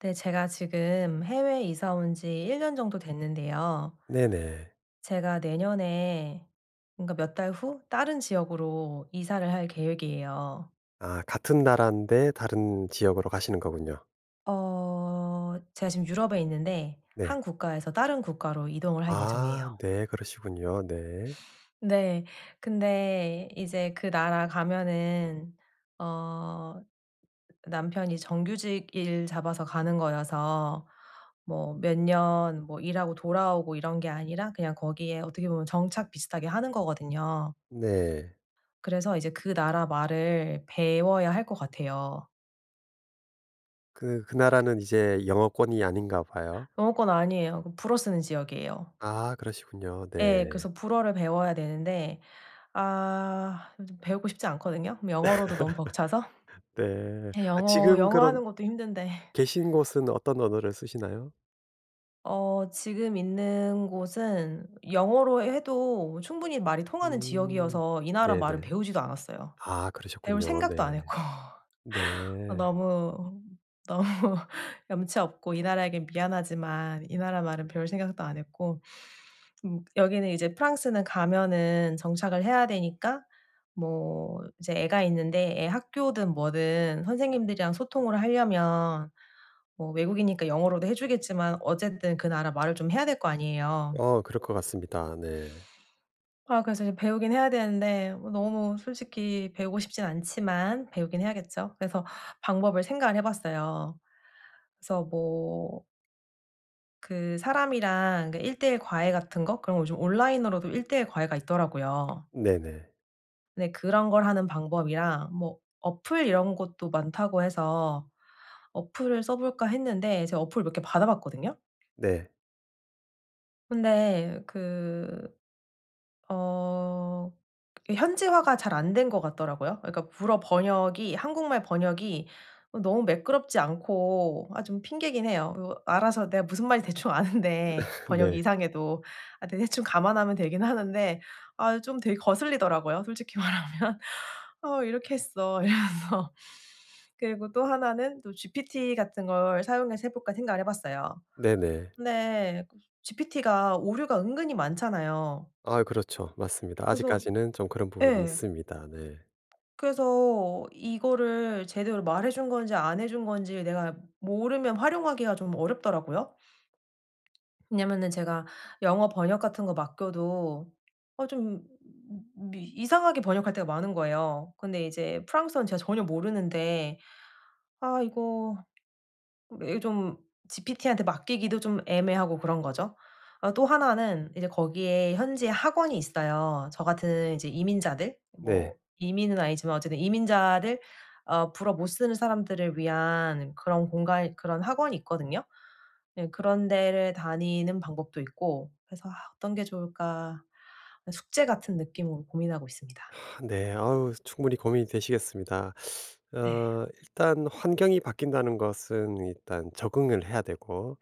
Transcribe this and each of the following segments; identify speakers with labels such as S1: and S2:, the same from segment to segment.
S1: 네, 제가 지금 해외에 이사 온 지 1년 정도 됐는데요.
S2: 네네.
S1: 제가 내년에 그러니까 몇 달 후 다른 지역으로 이사를 할 계획이에요.
S2: 아 같은 나라인데 다른 지역으로 가시는 거군요.
S1: 제가 지금 유럽에 있는데 한
S2: 네.
S1: 국가에서 다른 국가로 이동을 할
S2: 아
S1: 예정이에요.
S2: 네. 그러시군요. 네.
S1: 네. 근데 이제 그 나라 가면은 어 남편이 정규직 일 잡아서 가는 거여서 뭐 몇 년 뭐 일하고 돌아오고 이런 게 아니라 그냥 거기에 어떻게 보면 정착 비슷하게 하는 거거든요.
S2: 네.
S1: 그래서 이제 그 나라 말을 배워야 할 것 같아요.
S2: 그 나라는 이제 영어권이 아닌가 봐요.
S1: 영어권 아니에요. 그 불어 쓰는 지역이에요.
S2: 아 그러시군요.
S1: 예.
S2: 네.
S1: 그래서 불어를 배워야 되는데 아 배우고 싶지 않거든요. 영어로도 너무 벅차서.
S2: 네.
S1: 예,
S2: 아
S1: 영어
S2: 지금
S1: 영어
S2: 그럼
S1: 하는 것도 힘든데.
S2: 계신 곳은 어떤 언어를 쓰시나요?
S1: 지금 있는 곳은 영어로 해도 충분히 말이 통하는
S2: 음.
S1: 지역이어서 이 나라 말은
S2: 네네.
S1: 배우지도 않았어요.
S2: 아
S1: 배울
S2: 그러셨군요.
S1: 생각도 안 했고.
S2: 네.
S1: 아,
S2: 네.
S1: 너무, 너무 염치 없고 이 나라에겐 미안하지만 이 나라 말은 배울 생각도 안 했고. 여기는 이제 프랑스는 가면은 정착을 해야 되니까 뭐 이제 애가 있는데 애 학교든 뭐든 선생님들이랑 소통을 하려면 뭐 외국이니까 영어로도 해 주겠지만 어쨌든 그 나라 말을 좀 해야 될 거 아니에요.
S2: 그럴 것 같습니다. 네.
S1: 아, 그래서 이제 배우긴 해야 되는데 뭐 너무 솔직히 배우고 싶진 않지만 배우긴 해야겠죠. 그래서 방법을 생각을 해 봤어요. 그래서 뭐 그 사람이랑 그 1 대1 과외 같은 거, 그런 거 요즘 온라인으로도 1대1 과외가 있더라고요.
S2: 네네.
S1: 근데 그런 걸 하는 방법이랑 뭐 어플 이런 것도 많다고 해서 '어플을 써 볼까.' 했는데 제가 어플 몇 개 받아 봤거든요.
S2: 네.
S1: 근데 그 어 현지화가 잘 안 된 것 같더라고요. 그러니까 불어 번역이 한국말 번역이 너무 매끄럽지 않고, 아, 좀 핑계긴 해요. 요 알아서 내가 무슨 말인지 대충 아는데 번역이
S2: 네.
S1: 이상해도 아, 대충 감안하면 되긴 하는데 아, 좀 되게 거슬리더라고요, 솔직히 말하면. '어 이렇게 했어.' 이러면서. 그리고 또 하나는 또 GPT 같은 걸 사용해서 해 볼까 생각을 해 봤어요.
S2: 네네.
S1: 근데 GPT가 오류가 은근히 많잖아요.
S2: 아 그렇죠. 맞습니다.
S1: 그래서,
S2: 아직까지는 좀 그런 부분이
S1: 예.
S2: 있습니다. 네.
S1: 그래서 이거를 제대로 말해 준 건지 안 해준 건지 내가 모르면 활용하기가 좀 어렵더라고요. 왜냐면은 제가 영어 번역 같은 거 맡겨도 좀 미 이상하게 번역할 때가 많은 거예요. 근데 이제 프랑스어는 제가 전혀 모르는데 아 이거 이게 좀 GPT한테 맡기기도 좀 애매하고 그런 거죠. 또 하나는 이제 거기에 현지에 학원이 있어요. 저 같은 이제 이민자들, 뭐
S2: 네.
S1: 이민은 아니지만 어쨌든 이민자들 불어 못 쓰는 사람들을 위한 그런 공간, 그런 학원이 있거든요. 네, 그런 데를 다니는 방법도 있고 그래서 '아 어떤 게 좋을까.' 숙제 같은 느낌으로 고민하고 있습니다.
S2: 아 네. 아우 충분히 고민이 되시겠습니다.
S1: 네.
S2: 일단 환경이 바뀐다는 것은 일단 적응을 해야 되고,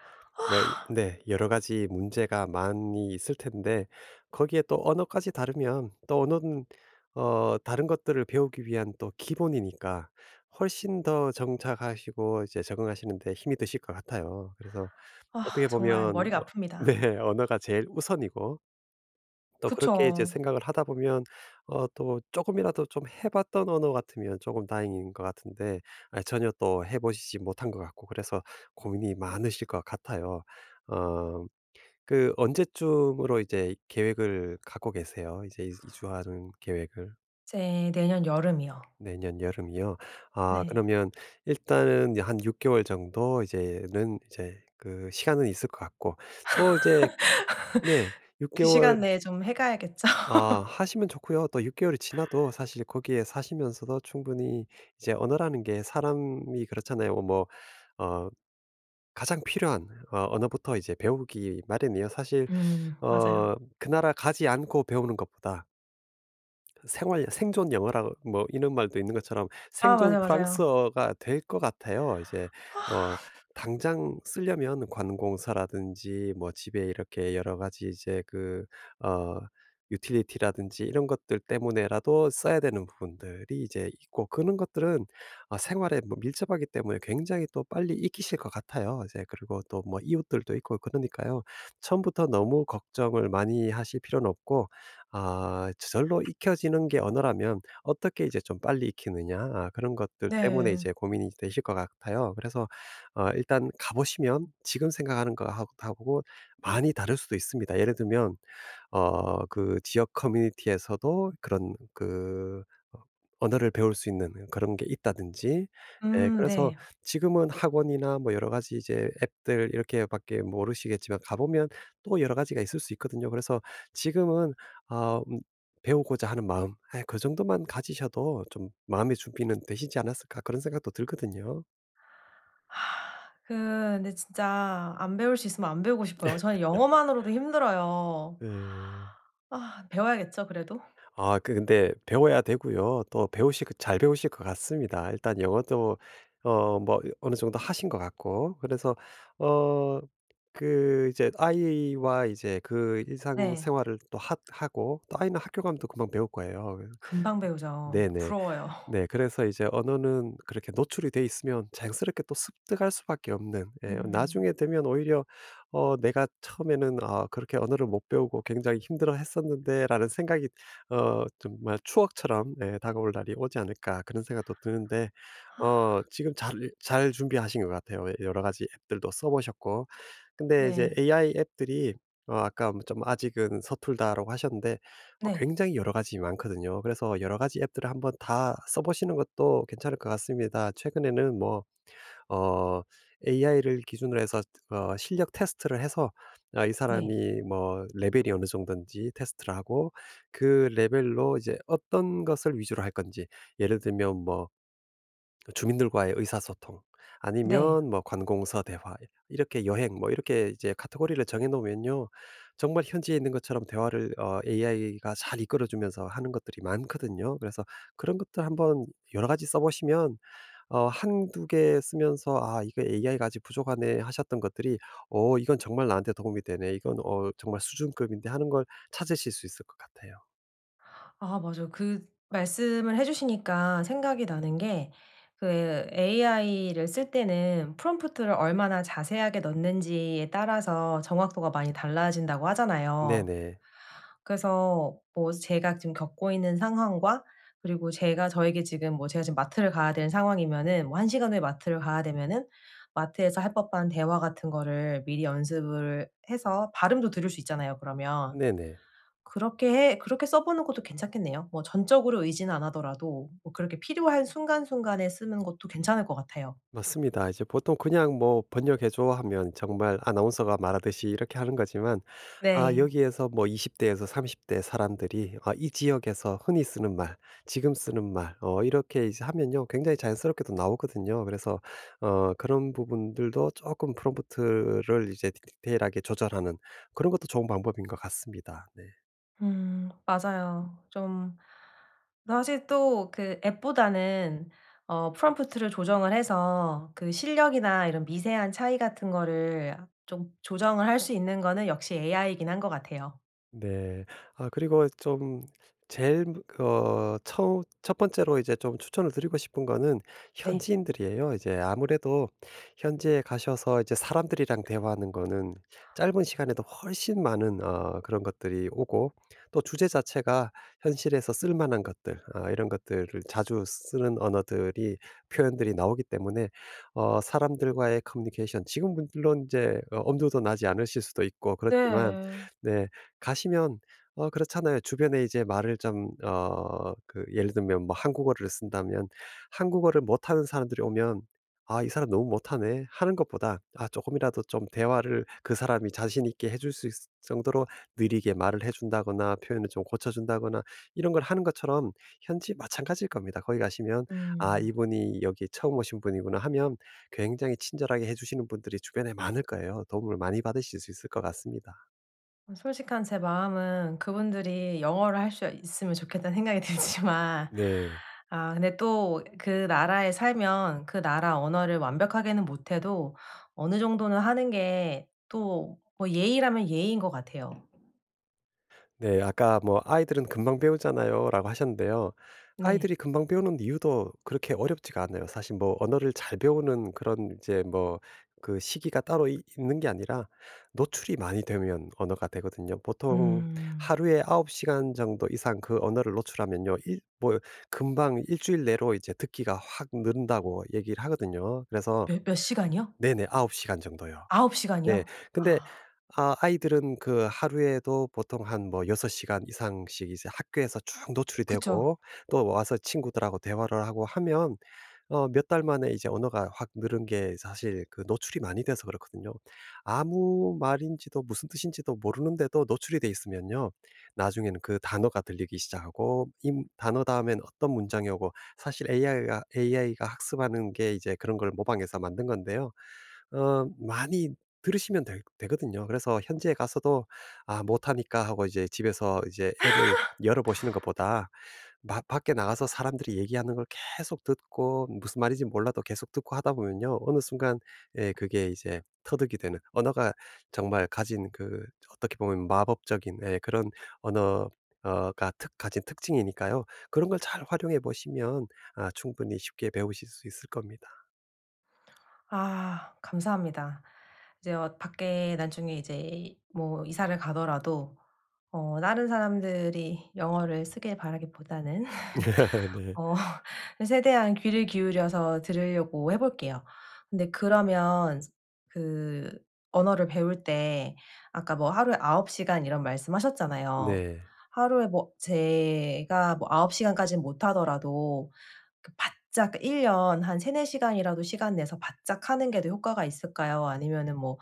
S2: 여 네 여러 가지 문제가 많이 있을 텐데 거기에 또 언어까지 다르면, 또 언어는 다른 것들을 배우기 위한 또 기본이니까 훨씬 더 정착하시고 이제 적응하시는 데 힘이 드실 것 같아요. 그래서 어떻게
S1: 아, 정말
S2: 보면,
S1: 머리가 아픕니다.
S2: 네, 언어가 제일 우선이고, 또 그렇게 이제
S1: 그쵸.
S2: 생각을 하다 보면 또 쪼금이라도 좀 해 봤던 언어 같으면 쪼금 다행인 것 같은데, 아 전혀 또 해 보시지 못한 것 같고 그래서 고민이 많으실 것 같아요. 어 그 언제쯤으로 이제 계획을 갖고 계세요? 이제 이 이주하는 계획을?
S1: 이제 내년 여름이요.
S2: 내년 여름이요. 아
S1: 네.
S2: 그러면 일단은 이제 한 6 개월 정도, 이제는 이제 그 시간은 있을 것 같고, 뭐 이제 네, 6
S1: 그
S2: 개월.
S1: 시간 내에 좀 해 가야겠죠.
S2: 아 하시면 좋고요. 또 6 개월이 지나도 사실 거기에 사시면서도 충분히 이제, 언어라는 게 사람이 그렇잖아요. 뭐 어 가장 필요한 언어부터 이제 배우기 마련이에요. 사실
S1: 맞아요.
S2: 어 그 나라 가지 않고 배우는 것보다, 생활 생존 영어라고 뭐 이런 말도 있는 것처럼
S1: 아,
S2: 생존
S1: 맞아요, 맞아요.
S2: 프랑스어가 될 것 같아요. 이제 뭐
S1: 아,
S2: 당장 쓰려면 관공서라든지 뭐 집에 이렇게 여러 가지 이제, 그 어 유틸리티라든지 이런 것들 때문에라도 써야 되는 부분들이 이제 있고, 그런 것들은 아 생활에 뭐 밀접하기 때문에 굉장히 또 빨리 익히실 것 같아요. 이제 그리고 또 뭐 이웃들도 있고 그러니까요. 처음부터 너무 걱정을 많이 하실 필요는 없고, 아 저절로 익혀지는 게 언어라면 어떻게 이제 좀 빨리 익히느냐 아 그런 것들 때문에
S1: 네.
S2: 이제 고민이 되실 것 같아요. 그래서 일단 가 보시면 지금 생각하는 거하고 하고 많이 다를 수도 있습니다. 예를 들면 그 지역 커뮤니티에서도 그런, 그 어 언어를 배울 수 있는 그런 게 있다든지. 예
S1: 음,
S2: 그래서
S1: 네.
S2: 지금은 학원이나 뭐 여러 가지 이제 앱들 이렇게 밖에 모르시겠지만, 가 보면 또 여러 가지가 있을 수 있거든요. 그래서 지금은 아 배우고자 하는 마음 아, 그 정도만 가지셔도 좀 '마음의 준비는 되시지 않았을까.' 그런 생각도 들거든요.
S1: 하, 그 근데 진짜 안 배울 수 있으면 안 배우고 싶어요. 저는 영어만으로도 힘들어요.
S2: 예.
S1: 아, 배워야겠죠 그래도?
S2: 아 근데 배워야 되고요. 또 배우실 거 잘 배우실 것 같습니다. 일단 영어도 뭐 어느 정도 하신 것 같고, 그래서 어 그 이제 아이와 이제 그
S1: 네.
S2: 일상생활을 또 하 하고, 또 아이는 학교 가면 또 금방 배울 거예요.
S1: 금방 배우죠.
S2: 네네.
S1: 부러워요.
S2: 네. 그래서 이제 언어는 그렇게 노출이 돼 있으면 자연스럽게 또 습득할 수밖에 없는, 예,
S1: 음.
S2: 나중에 되면 오히려 '내가 처음에는 아 그렇게 언어를 못 배우고 굉장히 힘들어했었는데.'라는 생각이 정말 추억처럼, 예, 다가올 날이 오지 않을까 그런 생각도 드는데,
S1: 하,
S2: 지금 잘 잘 준비하신 것 같아요. 예, 여러 가지 앱들도 써 보셨고. 근데 이제
S1: 네.
S2: AI 앱들이 아까 뭐 좀 "아직은 서툴다."라고 하셨는데,
S1: 네.
S2: 굉장히 여러 가지 많거든요. 그래서 여러 가지 앱들을 한번 다 써 보시는 것도 괜찮을 것 같습니다. 최근에는 뭐 어 AI를 기준으로 해서 실력 테스트를 해서 아 이
S1: 네.
S2: 사람이 뭐 레벨이 어느 정도인지 테스트를 하고, 그 레벨로 이제 어떤 것을 위주로 할 건지, 예를 들면 뭐 그 주민들과의 의사소통,
S1: 네.
S2: 아니면 뭐 관공서 대화, 이렇게 여행, 뭐 이렇게 이제 카테고리를 정해 놓으면요. 정말 현지에 있는 것처럼 대화를 AI가 잘 이끌어 주면서 하는 것들이 많거든요. 그래서 그런 것들 한번 여러 가지 써 보시면 어두개 쓰면서 '아 이거 AI가 아직 부족하네.' 하셨던 것들이 '어 이건 정말 나한테 도움이 되네. 이건 어 정말 수준급인데.' 하는 걸 찾으실 수 있을 것 같아요.
S1: 아, 맞아요. 그 말씀을 해 주시니까 생각이 나는 게, 그 AI를 쓸 때는 프롬프트를 얼마나 자세하게 넣는지에 따라서 정확도가 많이 달라진다고 하잖아요.
S2: 네네.
S1: 그래서 뭐 제가 지금 겪고 있는 상황과, 그리고 제가 지금 마트를 가야 되는 상황이면은 뭐 한 시간 후에 마트를 가야 되면은 마트에서 할 법한 대화 같은 거를 미리 연습을 해서 발음도 들을 수 있잖아요, 그러면.
S2: 네네.
S1: 그렇게 써 보는 것도 괜찮겠네요. 뭐 전적으로 의지는 안 하더라도 뭐 그렇게 필요한 순간순간에 쓰는 것도 괜찮을 것 같아요.
S2: 맞습니다. 이제 보통 그냥 뭐 "번역해 줘." 하면 정말 아나운서가 말하듯이 이렇게 하는 거지만, 아
S1: 네.
S2: 여기에서 뭐 20 대에서 30대 사람들이 아 이 지역에서 흔히 쓰는 말, 지금 쓰는 말, 이렇게 이제 하면요 굉장히 자연스럽게 도 나오거든요. 그래서 그런 부분들도 조금 프롬프트를 이제 디 디테일하게 조절하는, 그런 것도 좋은 방법인 것 같습니다. 네.
S1: 음, 맞아요. 좀, 사실 또 그 앱보다는 프롬프트를 조정을 해서 그 실력이나 이런 미세한 차이 같은 거를 좀 조정을 할 수 있는 거는 역시 AI이긴 한 것 같아요.
S2: 네. 아 그리고 좀 제일 처 첫 번째로 이제 좀 추천을 드리고 싶은 거는
S1: 네.
S2: 현지인들이에요. 이제 아무래도 현지에 가셔서 이제 사람들이랑 대화하는 거는 짧은 시간에도 훨씬 많은 그런 것들이 오고, 또 주제 자체가 현실에서 쓸 만한 것들, 아 이런 것들을 자주 쓰는 언어들이, 표현들이 나오기 때문에 사람들과의 커뮤니케이션 지금 물론 이제 엄두도 나지 않으실 수도 있고 그렇지만.
S1: 네.
S2: 네. 가시면 그렇잖아요. 주변에 이제 말을 좀 그, 예를 들면 뭐 한국어를 쓴다면, 한국어를 못하는 사람들이 오면 '아 이 사람 너무 못하네.' 하는 것보다 아 조금이라도 좀 대화를 그 사람이 자신 있게 해줄 수 있을 정도로 느리게 말을 해 준다거나, 표현을 좀 고쳐 준다거나 이런 걸 하는 것처럼, 현지 마찬가지일 겁니다. 거기 가시면 '아
S1: 음.
S2: 이분이 여기 처음 오신 분이구나.' 하면 굉장히 친절하게 해 주시는 분들이 주변에 많을 거예요. 도움을 많이 받으실 수 있을 것 같습니다.
S1: 솔직한 제 마음은 그분들이 영어를 할 수 있으면 좋겠다는 생각이 들지만,
S2: 네.
S1: 아, 근데 또 그 나라에 살면 그 나라 언어를 완벽하게는 못해도 어느 정도는 하는 게 또 뭐 예의라면 예의인 것 같아요.
S2: 네. 아까 뭐 "아이들은 금방 배우잖아요."라고 하셨는데요.
S1: 네.
S2: 아이들이 금방 배우는 이유도 그렇게 어렵지가 않아요. 사실 뭐 언어를 잘 배우는 그런 이제 뭐 그 시기가 따로 이 있는 게 아니라 노출이 많이 되면 언어가 되거든요. 보통
S1: 음.
S2: 하루에 9 시간 정도 이상 그 언어를 노출하면요. 일 뭐 금방 일 주일 내로 이제 듣기가 확 는다고 얘기를 하거든요. 그래서
S1: 몇 시간이요?
S2: 네네 9 시간 정도요.
S1: 아홉
S2: 네.
S1: 시간이요?
S2: 근데
S1: 아,
S2: 아이들은 그 하루에도 보통 한 뭐 6 시간 이상씩 이제 학교에서 쭉 노출이
S1: 그쵸.
S2: 되고, 또 와서 친구들하고 대화를 하고 하면 몇 달 만에 이제 언어가 확 늘은 게 사실 그 노출이 많이 돼서 그렇거든요. 아무 말인지도 무슨 뜻인지도 모르는데도 노출이 돼 있으면요, 나중에는 그 단어가 들리기 시작하고 이 단어 다음엔 어떤 문장이 오고. 사실 AI가 학습하는 게 이제 그런 걸 모방해서 만든 건데요. 많이 들으시면 되거든요. 그래서 현지에 가서도 '아 못하니까.' 하고 이제 집에서 이제 앱을 열어 보시는 것보다 마 밖에 나가서 사람들이 얘기하는 걸 계속 듣고 무슨 말인지 몰라도 계속 듣고 하다 보면요, 어느 순간 예 그게 이제 터득이 되는. 언어가 정말 가진 그 어떻게 보면 마법적인, 예, 그런 언어 어가 특 가진 특징이니까요. 그런 걸 잘 활용해 보시면 아 충분히 쉽게 배우실 수 있을 겁니다.
S1: 아, 감사합니다. 이제 밖에 나중에 이제 뭐 이사를 가더라도 다른 사람들이 영어를 쓰길 바라기보다는
S2: 네.
S1: 어 최대한 귀를 기울여서 들으려고 해 볼게요. 근데 그러면, 그 언어를 배울 때 아까 뭐 하루에 9 시간 이런 말씀하셨잖아요.
S2: 네.
S1: 하루에 뭐 제가 뭐 9 시간까지는 못하더라도 그 바짝 1년 한 3-4 시간이라도 시간 내서 바짝 하는 게 더 효과가 있을까요? 아니면은 뭐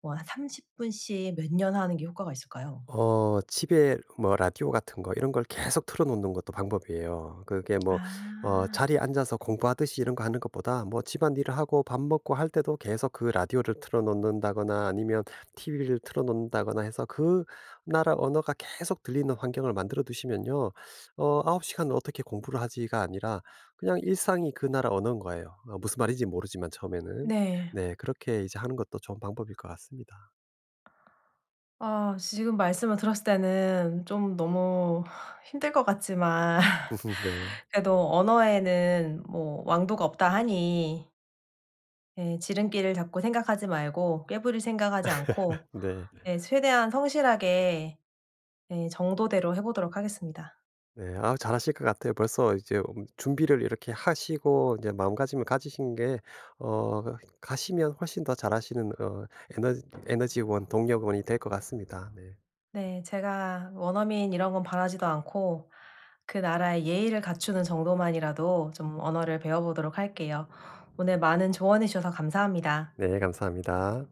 S1: 뭐 한 30 분씩 몇 년 하는 게 효과가 있을까요?
S2: 집에 뭐 라디오 같은 거 이런 걸 계속 틀어 놓는 것도 방법이에요. 그게 뭐
S1: 아.
S2: 자리에 앉아서 공부하듯이 이런 거 하는 것보다 뭐 집안일을 하고 밥 먹고 할 때도 계속 그 라디오를 틀어 놓는다거나 아니면 TV를 틀어 놓는다거나 해서, 그 나라 언어가 계속 들리는 환경을 만들어 두시면요. '9 시간 어떻게 공부를 하지?'가 아니라 그냥 일상이 그 나라 언어인 거예요. 무슨 말인지 모르지만 처음에는.
S1: 네.
S2: 네 그렇게 이제 하는 것도 좋은 방법일 것 같습니다.
S1: 아, 지금 말씀을 들었을 때는 좀 너무 힘들 것 같지만.
S2: 네.
S1: 그래도 언어에는 뭐 왕도가 없다 하니, 예, 지름길을 자꾸 생각하지 말고 꾀부릴 생각하지 않고,
S2: 네.
S1: 예, 최대한 성실하게, 예, 정도대로 해 보도록 하겠습니다.
S2: 네. 아 잘하실 것 같아요. 벌써 이제 준비를 이렇게 하시고 이제 마음가짐을 가지신 게 어 가시면 훨씬 더 잘하시는 에너 에너지원, 동력원이 될 것 같습니다. 네.
S1: 네. 제가 원어민 이런 건 바라지도 않고 그 나라의 예의를 갖추는 정도만이라도 좀 언어를 배워 보도록 할게요. 오늘 많은 조언해 주셔서 감사합니다.
S2: 네 감사합니다.